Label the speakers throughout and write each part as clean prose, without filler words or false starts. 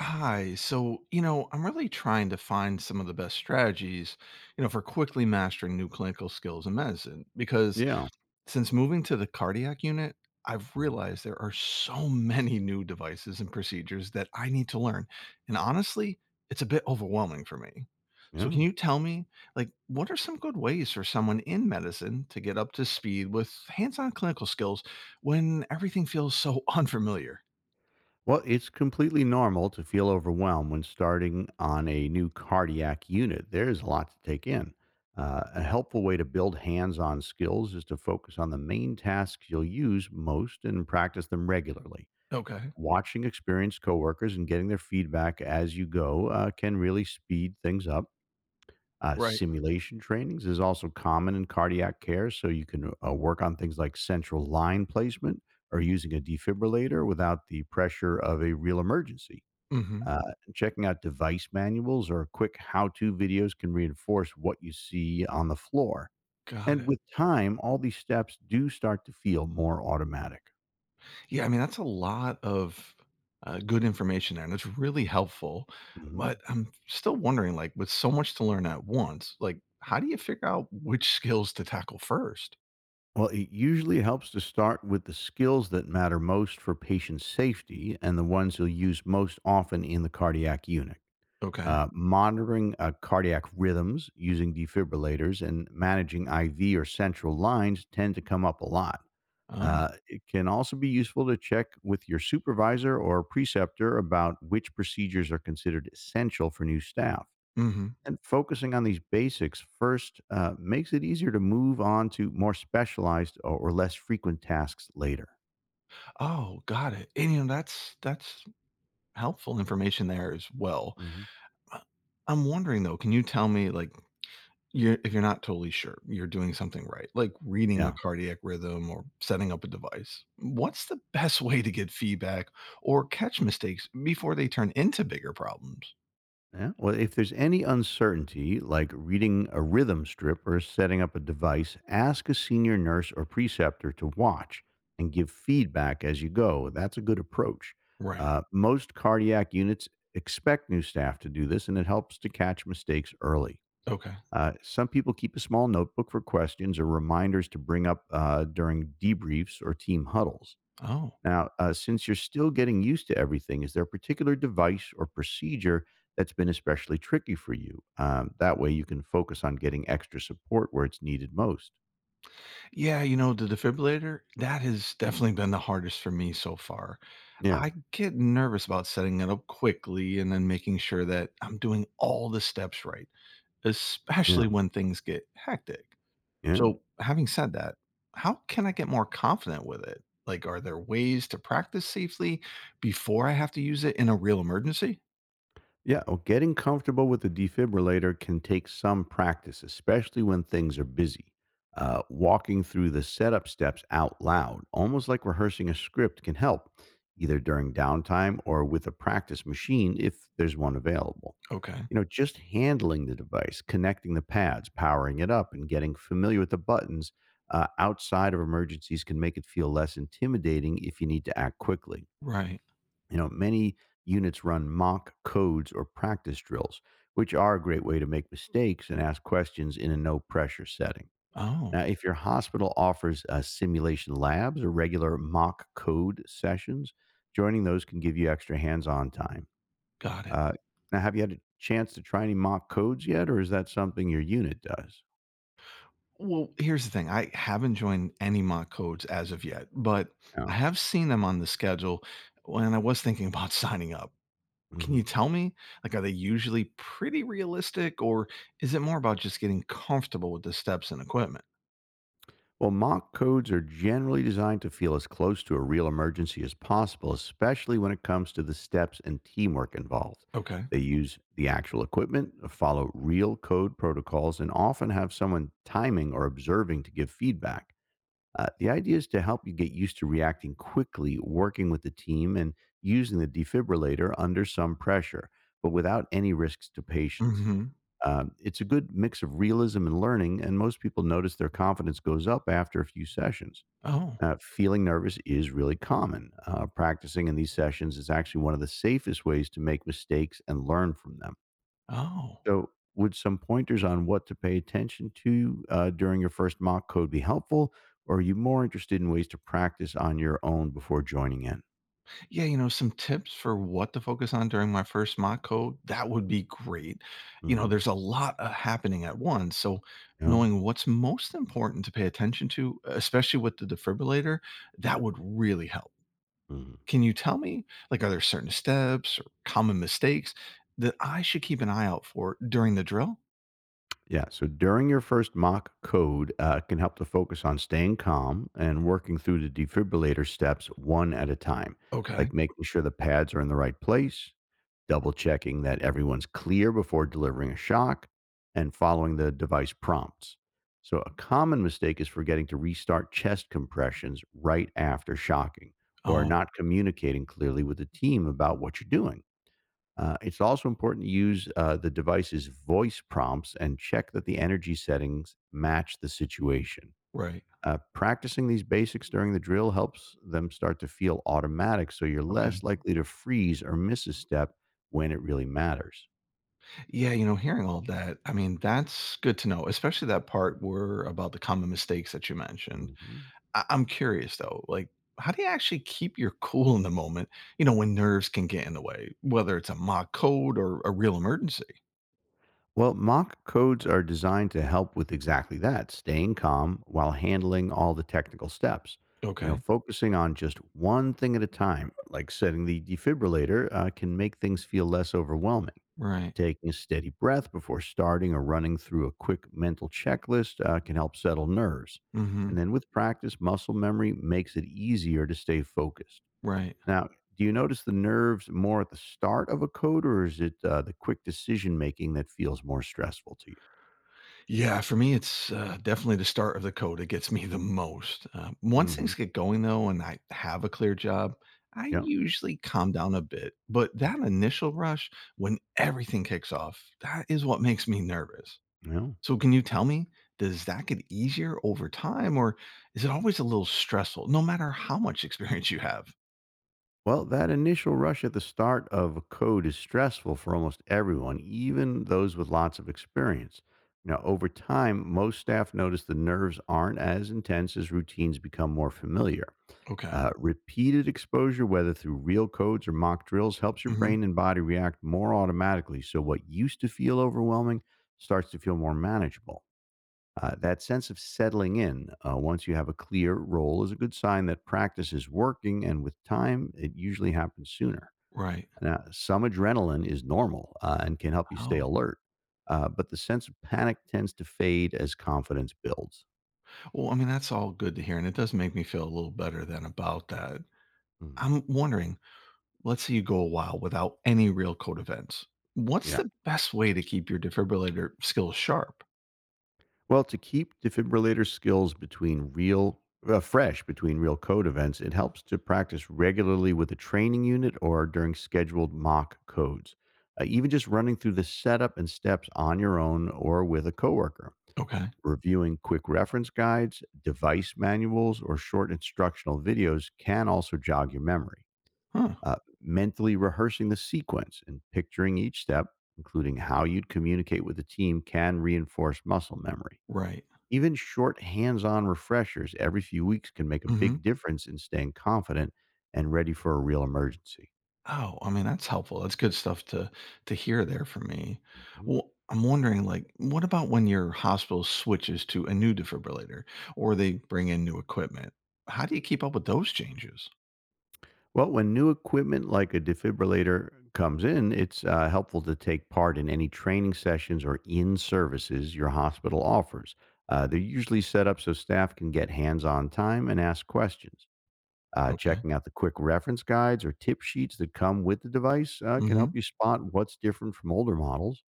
Speaker 1: Hi. I'm really trying to find some of the best strategies, for quickly mastering new clinical skills in medicine. Because
Speaker 2: Yeah.
Speaker 1: since moving to the cardiac unit, I've
Speaker 2: Mhm.
Speaker 1: realized there are so many new devices and procedures that I need to learn. And honestly, it's a bit overwhelming for me. So, can
Speaker 2: Yeah.
Speaker 1: you tell me, like, what are some good ways for someone in medicine to get up to speed with hands on clinical skills when everything feels so unfamiliar?
Speaker 2: Well, it's completely normal to feel overwhelmed when starting on a new cardiac unit. There's a lot to take in. A helpful way to build hands on skills is to focus on the main tasks you'll use most and practice them regularly.
Speaker 1: Okay.
Speaker 2: Watching experienced coworkers and getting their feedback as you go can really speed things up.
Speaker 1: Right.
Speaker 2: Simulation trainings is also common in cardiac care, so you can work on things like central line placement or using a defibrillator without the pressure of a real emergency.
Speaker 1: Mm hmm.
Speaker 2: Checking out device manuals or quick how to videos can reinforce what you see on the floor.
Speaker 1: Got
Speaker 2: And
Speaker 1: it.
Speaker 2: with time, all these steps do start to feel more automatic.
Speaker 1: Yeah, I mean, that's a lot of good information there, and it's really helpful. But
Speaker 2: Mhm.
Speaker 1: I'm still wondering, like, with so much to learn at once, like, how do you figure out which skills to tackle first?
Speaker 2: Well, it usually helps to start with the skills that matter most for patient safety and the ones you'll use most often in the cardiac unit.
Speaker 1: Okay.
Speaker 2: Monitoring cardiac rhythms using defibrillators and managing IV or central lines tend to come up a lot.
Speaker 1: Oh.
Speaker 2: It can also be useful to check with your supervisor or preceptor about which procedures are considered essential for new staff.
Speaker 1: Hmm.
Speaker 2: And focusing on these basics first makes it easier to move on to more specialized or less frequent tasks later.
Speaker 1: Oh, got it. And you know, that's helpful information there as well.
Speaker 2: hmm
Speaker 1: Uh, I'm wondering though, can you tell me like You're if you're not totally sure, you're doing something right, like reading a
Speaker 2: Yeah.
Speaker 1: cardiac rhythm or setting up a device. What's the best way to get feedback or catch mistakes before they turn into bigger problems?
Speaker 2: Yeah. Well, if there's any uncertainty, like reading a rhythm strip or setting up a device, ask a senior nurse or preceptor to watch and give feedback as you go. That's a good approach.
Speaker 1: Right.
Speaker 2: Most cardiac units expect new staff to do this, and it helps to catch mistakes early.
Speaker 1: Okay.
Speaker 2: Some people keep a small notebook for questions or reminders to bring up during debriefs or team huddles.
Speaker 1: Oh.
Speaker 2: Now, since you're still getting used to everything, is there a particular device or procedure that's been especially tricky for you? That way you can focus on getting extra support where it's needed most.
Speaker 1: Yeah, the defibrillator, that has definitely been the hardest for me so far.
Speaker 2: Yeah.
Speaker 1: I get nervous about setting it up quickly and then making sure that I'm doing all the steps right, especially
Speaker 2: Yeah.
Speaker 1: when things get hectic.
Speaker 2: Yeah.
Speaker 1: So, having said that, how can I get more confident with it? Like, are there ways to practice safely before I have to use it in a real emergency?
Speaker 2: Yeah, well, getting comfortable with the defibrillator can take some practice, especially when things are busy. Walking through the setup steps out loud, almost like rehearsing a script, can help, either during downtime or with a practice machine if there's one available.
Speaker 1: Okay.
Speaker 2: You know, just handling the device, connecting the pads, powering it up, and getting familiar with the buttons outside of emergencies can make it feel less intimidating if you need to act quickly.
Speaker 1: Right.
Speaker 2: You know, many units run mock codes or practice drills, which are a great way to make mistakes and ask questions in a no pressure setting.
Speaker 1: Oh,
Speaker 2: Now, if your hospital offers simulation labs or regular mock code sessions, joining those can give you extra hands on time.
Speaker 1: got it.
Speaker 2: Uh, now, have you had a chance to try any mock codes yet, or is that something your unit does?
Speaker 1: Well, here's the thing, I haven't joined any mock codes as of yet, but I
Speaker 2: Yeah.
Speaker 1: have seen them on the schedule when I was thinking about signing up. Can
Speaker 2: hmm
Speaker 1: you tell me, like, are they usually pretty realistic or is it more about just getting comfortable with the steps and equipment?
Speaker 2: Well, mock codes are generally designed to feel as close to a real emergency as possible, especially when it comes to the steps and teamwork involved.
Speaker 1: Okay.
Speaker 2: They use the actual equipment, follow real code protocols, and often have someone timing or observing to give feedback. The idea is to help you get used to reacting quickly, working with the team, and using the defibrillator under some pressure, but without any risks to
Speaker 1: Mm
Speaker 2: patients.
Speaker 1: hmm.
Speaker 2: It's a good mix of realism and learning, and most people notice their confidence goes up after a few sessions.
Speaker 1: Oh,
Speaker 2: Feeling nervous is really common. Practicing in these sessions is actually one of the safest ways to make mistakes and learn from them.
Speaker 1: oh.
Speaker 2: So, would some pointers on what to pay attention to during your first mock code be helpful, or are you more interested in ways to practice on your own before joining in?
Speaker 1: Yeah, some tips for what to focus on during my first mock code, that would be great.
Speaker 2: hmm
Speaker 1: There's a lot happening at once. So,
Speaker 2: Yeah.
Speaker 1: knowing what's most important to pay attention to, especially with the defibrillator, that would really help.
Speaker 2: Mhm.
Speaker 1: Can you tell me, like, are there certain steps or common mistakes that I should keep an eye out for during the drill?
Speaker 2: Yeah. So during your first mock code can help to focus on staying calm and working through the defibrillator steps one at a time,
Speaker 1: Okay.
Speaker 2: like making sure the pads are in the right place, double checking that everyone's clear before delivering a shock, and following the device prompts. So a common mistake is forgetting to restart chest compressions right after shocking or
Speaker 1: Oh,
Speaker 2: not communicating clearly with the team about what you're doing. It's also important to use the device's voice prompts and check that the energy settings match the situation.
Speaker 1: right.
Speaker 2: Practicing these basics during the drill helps them start to feel automatic, so you're
Speaker 1: Okay.
Speaker 2: less likely to freeze or miss a step when it really matters.
Speaker 1: Yeah, hearing all that, I mean, that's good to know, especially that part where about the common mistakes that you mentioned.
Speaker 2: Mhm.
Speaker 1: I'm curious though, like, how do you actually keep your cool in the moment, when nerves can get in the way, whether it's a mock code or a real emergency?
Speaker 2: Well, mock codes are designed to help with exactly that staying calm while handling all the technical steps. You know,
Speaker 1: Okay.
Speaker 2: focusing on just one thing at a time, like setting the defibrillator, can make things feel less overwhelming.
Speaker 1: Right.
Speaker 2: Taking a steady breath before starting or running through a quick mental checklist can help settle nerves. And
Speaker 1: Hmm.
Speaker 2: then with practice, muscle memory makes it easier to stay focused.
Speaker 1: Right.
Speaker 2: Now, do you notice the nerves more at the start of a code, or is it the quick decision making that feels more stressful to you?
Speaker 1: Yeah. For me, it's definitely the start of the code. It gets me the most. Once
Speaker 2: hmm
Speaker 1: things get going though, and I have a clear job, I
Speaker 2: Yeah.
Speaker 1: usually calm down a bit. But that initial rush, when everything kicks off, that is what makes me nervous.
Speaker 2: Yeah.
Speaker 1: So can you tell me, does that get easier over time or is it always a little stressful no matter how much experience you have?
Speaker 2: Well, that initial rush at the start of a code is stressful for almost everyone, even those with lots of experience. Now, over time, most staff notice the nerves aren't as intense as routines become more familiar.
Speaker 1: Okay.
Speaker 2: Repeated exposure, whether through real codes or mock drills, helps your
Speaker 1: Hmm.
Speaker 2: brain and body react more automatically. So, what used to feel overwhelming starts to feel more manageable. That sense of settling in, once you have a clear role, is a good sign that practice is working, and with time, it usually happens sooner.
Speaker 1: Right.
Speaker 2: Now, some adrenaline is normal and can help you stay
Speaker 1: Oh,
Speaker 2: alert, but the sense of panic tends to fade as confidence builds.
Speaker 1: well, I mean, that's all good to hear. And it does make me feel a little better than about that.
Speaker 2: Mhm.
Speaker 1: I'm wondering, let's say you go a while without any real code events. What's
Speaker 2: Yeah.
Speaker 1: the best way to keep your defibrillator skills sharp?
Speaker 2: Well, to keep defibrillator skills between real fresh between real code events, it helps to practice regularly with a training unit or during scheduled mock codes. Even just running through the setup and steps on your own or with a coworker,
Speaker 1: Okay.
Speaker 2: reviewing quick reference guides, device manuals, or short instructional videos can also jog your memory.
Speaker 1: Huh.
Speaker 2: Mentally rehearsing the sequence and picturing each step, including how you'd communicate with the team, can reinforce muscle memory.
Speaker 1: Right.
Speaker 2: Even short hands-on refreshers every few weeks can make a big difference in staying confident and ready for a real emergency.
Speaker 1: Oh, I mean, that's helpful. That's good stuff to hear there from me.
Speaker 2: Mhm.
Speaker 1: Well, I'm wondering, like, what about when your hospital switches to a new defibrillator or they bring in new equipment? How do you keep up with those changes?
Speaker 2: Well, when new equipment like a defibrillator comes in, it's helpful to take part in any training sessions or in services your hospital offers. They're usually set up so staff can get hands on time and ask questions.
Speaker 1: Okay.
Speaker 2: Checking out the quick reference guides or tip sheets that come with the device can
Speaker 1: Mm-hmm.
Speaker 2: help you spot what's different from older models.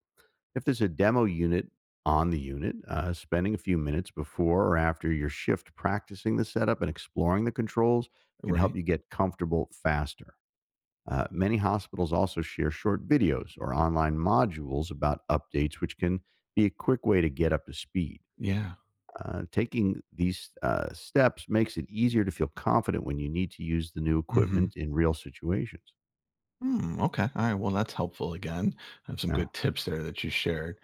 Speaker 2: If there's a demo unit on the unit, spending a few minutes before or after your shift practicing the setup and exploring the controls can help
Speaker 1: Right.
Speaker 2: you get comfortable faster. Many hospitals also share short videos or online modules about updates, which can be a quick way to get up to speed.
Speaker 1: Yeah.
Speaker 2: Taking these steps makes it easier to feel confident when you need to use the new
Speaker 1: Mm-hmm.
Speaker 2: equipment in real situations.
Speaker 1: Hmm, okay. All right. Well, that's helpful again. I have some
Speaker 2: Yeah.
Speaker 1: good tips there that you shared.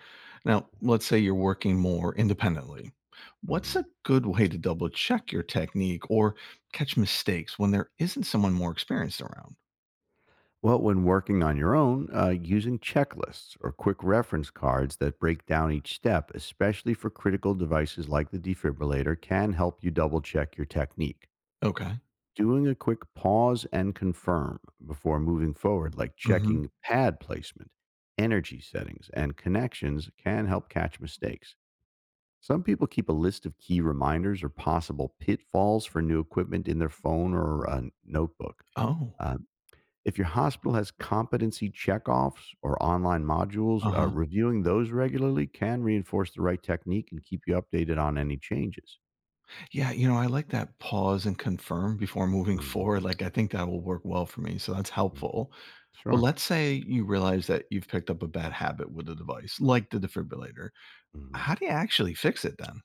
Speaker 1: Now, let's say you're working more independently. What's
Speaker 2: Mhm.
Speaker 1: a good way to double check your technique or catch mistakes when there isn't someone more experienced around?
Speaker 2: Well, when working on your own, using checklists or quick reference cards that break down each step, especially for critical devices like the defibrillator, can help you double check your technique.
Speaker 1: Okay.
Speaker 2: Doing a quick pause and confirm before moving forward, like
Speaker 1: Mhm.
Speaker 2: checking pad placement, energy settings, and connections, can help catch mistakes. Some people keep a list of key reminders or possible pitfalls for new equipment in their phone or a notebook.
Speaker 1: Oh,
Speaker 2: Uh, if your hospital has competency checkoffs or online modules,
Speaker 1: uh-huh.
Speaker 2: reviewing those regularly can reinforce the right technique and keep you updated on any changes.
Speaker 1: Yeah, I like that pause and confirm before moving
Speaker 2: hmm
Speaker 1: forward, like, I think that will work well for me, so that's
Speaker 2: hmm
Speaker 1: helpful. But
Speaker 2: Sure.
Speaker 1: let's say you realize that you've picked up a bad habit with the device, like the defibrillator. How
Speaker 2: hmm
Speaker 1: do you actually fix it then?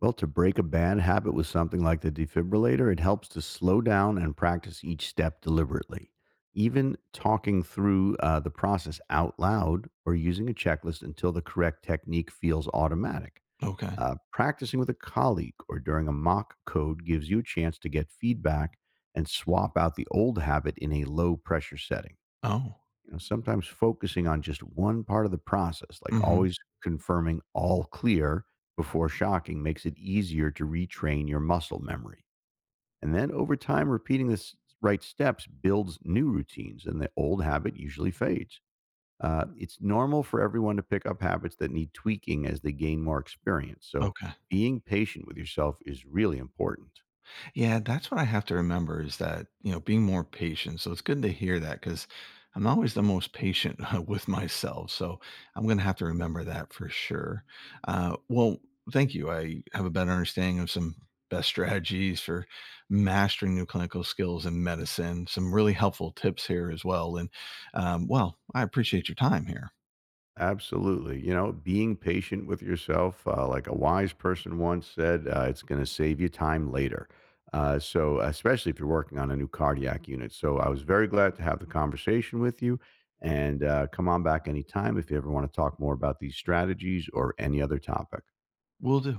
Speaker 2: Well, to break a bad habit with something like the defibrillator, it helps to slow down and practice each step deliberately. Even talking through the process out loud or using a checklist until the correct technique feels automatic.
Speaker 1: Okay.
Speaker 2: Practicing with a colleague or during a mock code gives you a chance to get feedback and swap out the old habit in a low pressure setting.
Speaker 1: Oh.
Speaker 2: You know, sometimes focusing on just one part of the process, like
Speaker 1: Mhm.
Speaker 2: always confirming all clear before shocking, makes it easier to retrain your muscle memory. And then over time, repeating the right steps builds new routines, and the old habit usually fades. It's normal for everyone to pick up habits that need tweaking as they gain more experience. So,
Speaker 1: Okay.
Speaker 2: being patient with yourself is really important.
Speaker 1: Yeah, that's what I have to remember is that, being more patient. So it's good to hear that because I'm not always the most patient with myself. So I'm going to have to remember that for sure. Well, thank you. I have a better understanding of some best strategies for mastering new clinical skills in medicine, some really helpful tips here as well. Well, I appreciate your time here.
Speaker 2: Absolutely. You know, being patient with yourself, like a wise person once said, it's going to save you time later. So, especially if you're working on a new cardiac unit. So, I was very glad to have the conversation with you. And come on back anytime if you ever want to talk more about these strategies or any other topic.
Speaker 1: Will do.